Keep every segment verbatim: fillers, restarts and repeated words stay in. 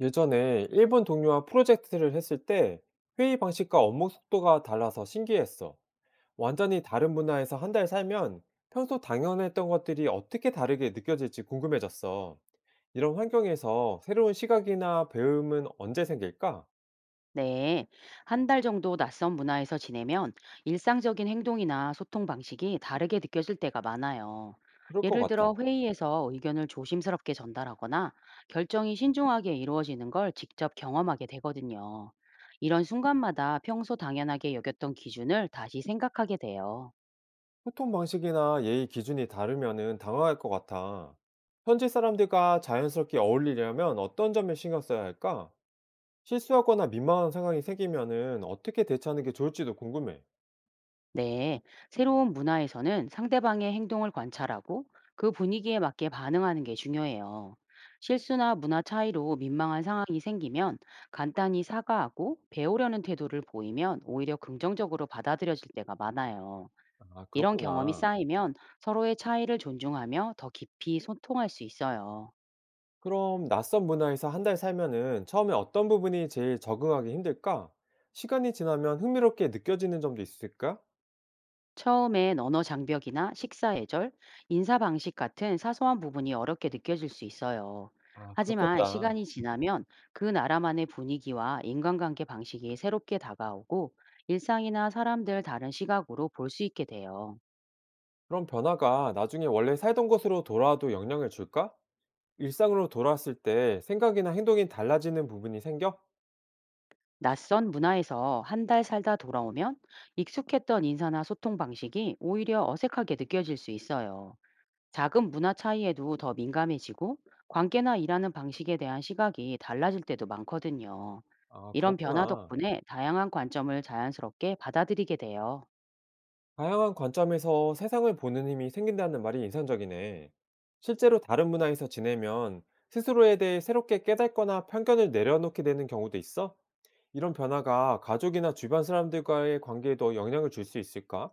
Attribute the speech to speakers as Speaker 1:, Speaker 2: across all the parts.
Speaker 1: 예전에 일본 동료와 프로젝트를 했을 때 회의 방식과 업무 속도가 달라서 신기했어. 완전히 다른 문화에서 한 달 살면 평소 당연했던 것들이 어떻게 다르게 느껴질지 궁금해졌어. 이런 환경에서 새로운 시각이나 배움은 언제 생길까?
Speaker 2: 네, 한 달 정도 낯선 문화에서 지내면 일상적인 행동이나 소통 방식이 다르게 느껴질 때가 많아요.
Speaker 1: 그럴 것
Speaker 2: 예를 들어
Speaker 1: 같아.
Speaker 2: 회의에서 의견을 조심스럽게 전달하거나 결정이 신중하게 이루어지는 걸 직접 경험하게 되거든요. 이런 순간마다 평소 당연하게 여겼던 기준을 다시 생각하게 돼요.
Speaker 1: 소통 방식이나 예의 기준이 다르면은 당황할 것 같아. 현지 사람들과 자연스럽게 어울리려면 어떤 점에 신경 써야 할까? 실수하거나 민망한 상황이 생기면은 어떻게 대처하는 게 좋을지도 궁금해.
Speaker 2: 네, 새로운 문화에서는 상대방의 행동을 관찰하고 그 분위기에 맞게 반응하는 게 중요해요. 실수나 문화 차이로 민망한 상황이 생기면 간단히 사과하고 배우려는 태도를 보이면 오히려 긍정적으로 받아들여질 때가 많아요.
Speaker 1: 아
Speaker 2: 이런 경험이
Speaker 1: 그렇구나.
Speaker 2: 쌓이면 서로의 차이를 존중하며 더 깊이 소통할 수 있어요.
Speaker 1: 그럼 낯선 문화에서 한 달 살면은 처음에 어떤 부분이 제일 적응하기 힘들까? 시간이 지나면 흥미롭게 느껴지는 점도 있을까?
Speaker 2: 처음엔 언어 장벽이나 식사 예절, 인사 방식 같은 사소한 부분이 어렵게 느껴질 수 있어요.
Speaker 1: 아,
Speaker 2: 하지만
Speaker 1: 그렇겠다.
Speaker 2: 시간이 지나면 그 나라만의 분위기와 인간관계 방식이 새롭게 다가오고, 일상이나 사람들 다른 시각으로 볼 수 있게 돼요.
Speaker 1: 그럼 변화가 나중에 원래 살던 곳으로 돌아와도 영향을 줄까? 일상으로 돌아왔을 때 생각이나 행동이 달라지는 부분이 생겨?
Speaker 2: 낯선 문화에서 한 달 살다 돌아오면 익숙했던 인사나 소통 방식이 오히려 어색하게 느껴질 수 있어요. 작은 문화 차이에도 더 민감해지고, 관계나 일하는 방식에 대한 시각이 달라질 때도 많거든요.
Speaker 1: 아,
Speaker 2: 이런 변화
Speaker 1: 그렇구나.
Speaker 2: 덕분에 다양한 관점을 자연스럽게 받아들이게 돼요.
Speaker 1: 다양한 관점에서 세상을 보는 힘이 생긴다는 말이 인상적이네. 실제로 다른 문화에서 지내면 스스로에 대해 새롭게 깨닫거나 편견을 내려놓게 되는 경우도 있어? 이런 변화가 가족이나 주변 사람들과의 관계에도 영향을 줄 수 있을까?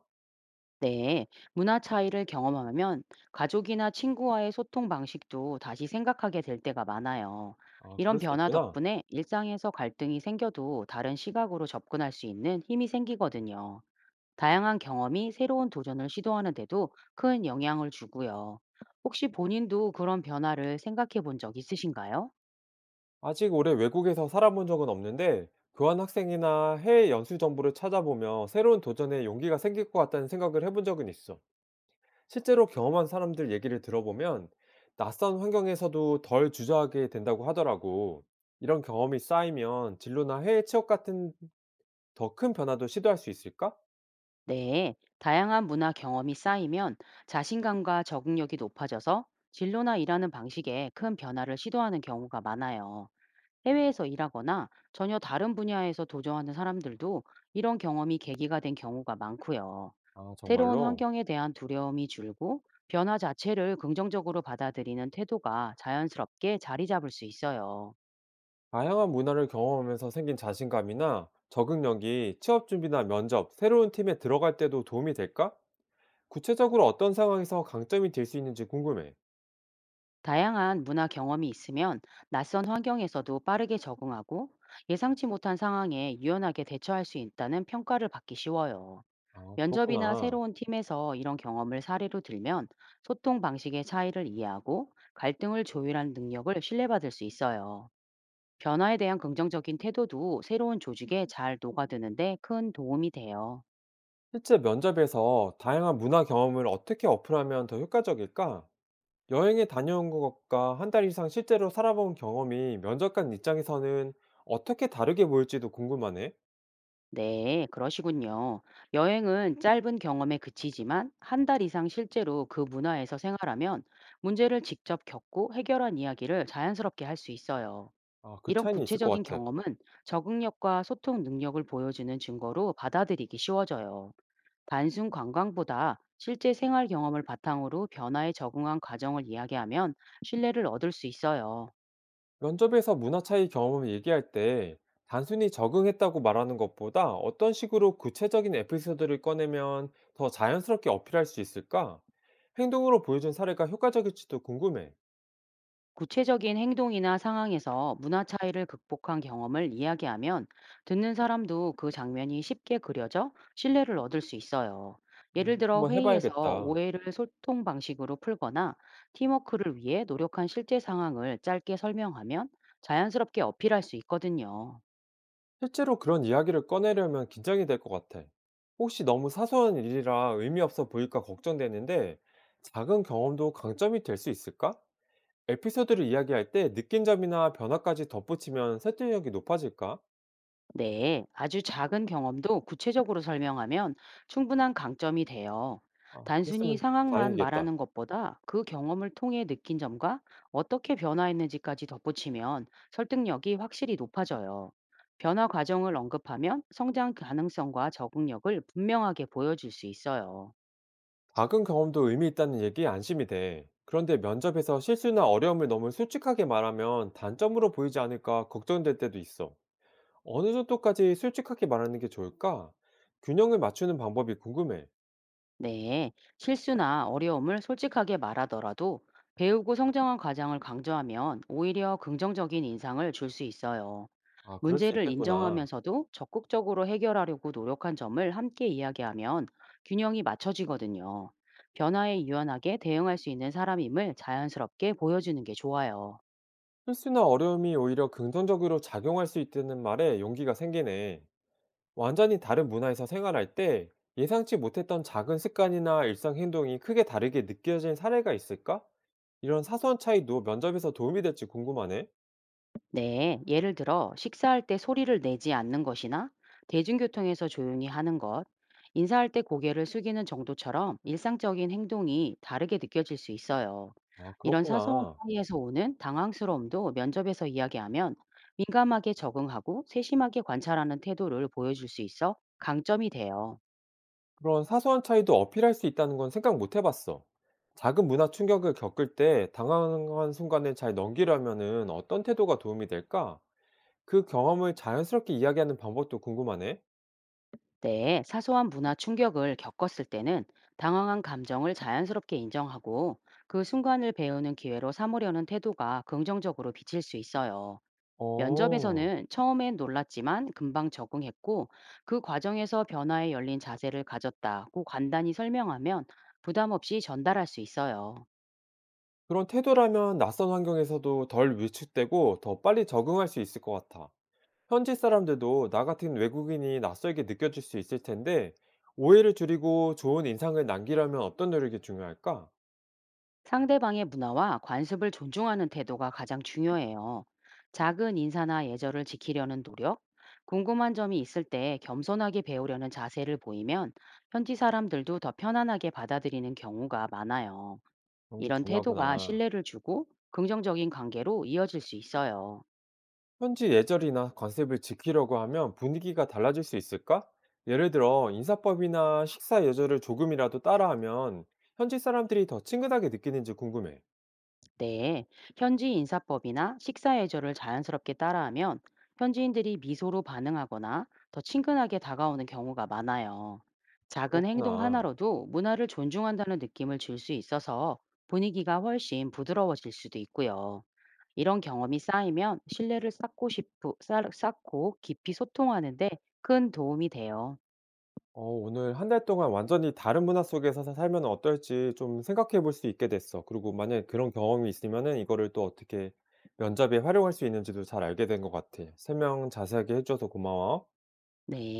Speaker 2: 네, 문화 차이를 경험하면 가족이나 친구와의 소통 방식도 다시 생각하게 될 때가 많아요.
Speaker 1: 아,
Speaker 2: 이런
Speaker 1: 그럴 수
Speaker 2: 변화
Speaker 1: 있구나.
Speaker 2: 덕분에 일상에서 갈등이 생겨도 다른 시각으로 접근할 수 있는 힘이 생기거든요. 다양한 경험이 새로운 도전을 시도하는 데도 큰 영향을 주고요. 혹시 본인도 그런 변화를 생각해 본 적 있으신가요?
Speaker 1: 아직 오래 외국에서 살아본 적은 없는데 교환학생이나 해외 연수 정보를 찾아보며 새로운 도전에 용기가 생길 것 같다는 생각을 해본 적은 있어. 실제로 경험한 사람들 얘기를 들어보면 낯선 환경에서도 덜 주저하게 된다고 하더라고. 이런 경험이 쌓이면 진로나 해외 취업 같은 더 큰 변화도 시도할 수 있을까?
Speaker 2: 네, 다양한 문화 경험이 쌓이면 자신감과 적응력이 높아져서 진로나 일하는 방식에 큰 변화를 시도하는 경우가 많아요. 해외에서 일하거나 전혀 다른 분야에서 도전하는 사람들도 이런 경험이 계기가 된 경우가 많고요.
Speaker 1: 아,
Speaker 2: 새로운
Speaker 1: 정말로?
Speaker 2: 환경에 대한 두려움이 줄고 변화 자체를 긍정적으로 받아들이는 태도가 자연스럽게 자리 잡을 수 있어요.
Speaker 1: 다양한 문화를 경험하면서 생긴 자신감이나 적응력이 취업 준비나 면접, 새로운 팀에 들어갈 때도 도움이 될까? 구체적으로 어떤 상황에서 강점이 될 수 있는지 궁금해.
Speaker 2: 다양한 문화 경험이 있으면 낯선 환경에서도 빠르게 적응하고 예상치 못한 상황에 유연하게 대처할 수 있다는 평가를 받기 쉬워요.
Speaker 1: 아,
Speaker 2: 면접이나
Speaker 1: 그렇구나.
Speaker 2: 새로운 팀에서 이런 경험을 사례로 들면 소통 방식의 차이를 이해하고 갈등을 조율하는 능력을 신뢰받을 수 있어요. 변화에 대한 긍정적인 태도도 새로운 조직에 잘 녹아드는데 큰 도움이 돼요.
Speaker 1: 실제 면접에서 다양한 문화 경험을 어떻게 어플하면 더 효과적일까? 여행에 다녀온 것과 한 달 이상 실제로 살아본 경험이 면접관 입장에서는 어떻게 다르게 보일지도 궁금하네.
Speaker 2: 네, 그러시군요. 여행은 짧은 경험에 그치지만 한 달 이상 실제로 그 문화에서 생활하면 문제를 직접 겪고 해결한 이야기를 자연스럽게 할 수 있어요.
Speaker 1: 아, 그
Speaker 2: 이런
Speaker 1: 차이는 있을 것
Speaker 2: 구체적인
Speaker 1: 같아.
Speaker 2: 경험은 적응력과 소통 능력을 보여주는 증거로 받아들이기 쉬워져요. 단순 관광보다 실제 생활 경험을 바탕으로 변화에 적응한 과정을 이야기하면 신뢰를 얻을 수 있어요.
Speaker 1: 면접에서 문화 차이 경험을 얘기할 때 단순히 적응했다고 말하는 것보다 어떤 식으로 구체적인 에피소드를 꺼내면 더 자연스럽게 어필할 수 있을까? 행동으로 보여준 사례가 효과적일지도 궁금해.
Speaker 2: 구체적인 행동이나 상황에서 문화 차이를 극복한 경험을 이야기하면 듣는 사람도 그 장면이 쉽게 그려져 신뢰를 얻을 수 있어요.
Speaker 1: 음,
Speaker 2: 예를 들어
Speaker 1: 한번
Speaker 2: 회의에서
Speaker 1: 해봐야겠다.
Speaker 2: 오해를 소통 방식으로 풀거나 팀워크를 위해 노력한 실제 상황을 짧게 설명하면 자연스럽게 어필할 수 있거든요.
Speaker 1: 실제로 그런 이야기를 꺼내려면 긴장이 될 것 같아. 혹시 너무 사소한 일이라 의미 없어 보일까 걱정되는데, 작은 경험도 강점이 될 수 있을까? 에피소드를 이야기할 때 느낀 점이나 변화까지 덧붙이면 설득력이 높아질까?
Speaker 2: 네, 아주 작은 경험도 구체적으로 설명하면 충분한 강점이 돼요.
Speaker 1: 아,
Speaker 2: 단순히
Speaker 1: 그랬으면
Speaker 2: 상황만
Speaker 1: 다행이겠다.
Speaker 2: 말하는 것보다 그 경험을 통해 느낀 점과 어떻게 변화했는지까지 덧붙이면 설득력이 확실히 높아져요. 변화 과정을 언급하면 성장 가능성과 적응력을 분명하게 보여줄 수 있어요.
Speaker 1: 작은 경험도 의미 있다는 얘기 안심이 돼. 그런데 면접에서 실수나 어려움을 너무 솔직하게 말하면 단점으로 보이지 않을까 걱정될 때도 있어. 어느 정도까지 솔직하게 말하는 게 좋을까? 균형을 맞추는 방법이 궁금해.
Speaker 2: 네, 실수나 어려움을 솔직하게 말하더라도 배우고 성장한 과정을 강조하면 오히려 긍정적인 인상을 줄 수 있어요.
Speaker 1: 아 그럴 수
Speaker 2: 문제를
Speaker 1: 있겠구나.
Speaker 2: 인정하면서도 적극적으로 해결하려고 노력한 점을 함께 이야기하면 균형이 맞춰지거든요. 변화에 유연하게 대응할 수 있는 사람임을 자연스럽게 보여주는 게 좋아요.
Speaker 1: 실수나 어려움이 오히려 긍정적으로 작용할 수 있다는 말에 용기가 생기네. 완전히 다른 문화에서 생활할 때 예상치 못했던 작은 습관이나 일상 행동이 크게 다르게 느껴진 사례가 있을까? 이런 사소한 차이도 면접에서 도움이 될지 궁금하네.
Speaker 2: 네, 예를 들어 식사할 때 소리를 내지 않는 것이나 대중교통에서 조용히 하는 것, 인사할 때 고개를 숙이는 정도처럼 일상적인 행동이 다르게 느껴질 수 있어요.
Speaker 1: 아,
Speaker 2: 이런 사소한
Speaker 1: 그렇구나.
Speaker 2: 차이에서 오는 당황스러움도 면접에서 이야기하면 민감하게 적응하고 세심하게 관찰하는 태도를 보여줄 수 있어 강점이 돼요.
Speaker 1: 그런 사소한 차이도 어필할 수 있다는 건 생각 못 해봤어. 작은 문화 충격을 겪을 때 당황한 순간을 잘 넘기려면은 어떤 태도가 도움이 될까? 그 경험을 자연스럽게 이야기하는 방법도 궁금하네.
Speaker 2: 네, 사소한 문화 충격을 겪었을 때는 당황한 감정을 자연스럽게 인정하고 그 순간을 배우는 기회로 삼으려는 태도가 긍정적으로 비칠 수 있어요.
Speaker 1: 어.
Speaker 2: 면접에서는 처음엔 놀랐지만 금방 적응했고, 그 과정에서 변화에 열린 자세를 가졌다고 간단히 설명하면 부담 없이 전달할 수 있어요.
Speaker 1: 그런 태도라면 낯선 환경에서도 덜 위축되고 더 빨리 적응할 수 있을 것 같아. 현지 사람들도 나 같은 외국인이 낯설게 느껴질 수 있을 텐데, 오해를 줄이고 좋은 인상을 남기려면 어떤 노력이 중요할까?
Speaker 2: 상대방의 문화와 관습을 존중하는 태도가 가장 중요해요. 작은 인사나 예절을 지키려는 노력, 궁금한 점이 있을 때 겸손하게 배우려는 자세를 보이면 현지 사람들도 더 편안하게 받아들이는 경우가 많아요.
Speaker 1: 그런 게
Speaker 2: 이런 태도가
Speaker 1: 중요하구나.
Speaker 2: 신뢰를 주고 긍정적인 관계로 이어질 수 있어요.
Speaker 1: 현지 예절이나 관습을 지키려고 하면 분위기가 달라질 수 있을까? 예를 들어, 인사법이나 식사 예절을 조금이라도 따라하면 현지 사람들이 더 친근하게 느끼는지 궁금해.
Speaker 2: 네, 현지 인사법이나 식사 예절을 자연스럽게 따라하면 현지인들이 미소로 반응하거나 더 친근하게 다가오는 경우가 많아요. 작은 행동
Speaker 1: 그렇구나.
Speaker 2: 하나로도 문화를 존중한다는 느낌을 줄 수 있어서 분위기가 훨씬 부드러워질 수도 있고요. 이런 경험이 쌓이면 신뢰를 쌓고 싶고, 쌓- 쌓고 깊이 소통하는데 큰 도움이 돼요.
Speaker 1: 어, 오늘 한 달 동안 완전히 다른 문화 속에서 사- 살면 어떨지 좀 생각해 볼 수 있게 됐어. 그리고 만약에 그런 경험이 있으면은 이거를 또 어떻게 면접에 활용할 수 있는지도 잘 알게 된 것 같아. 설명 자세하게 해줘서 고마워.
Speaker 2: 네.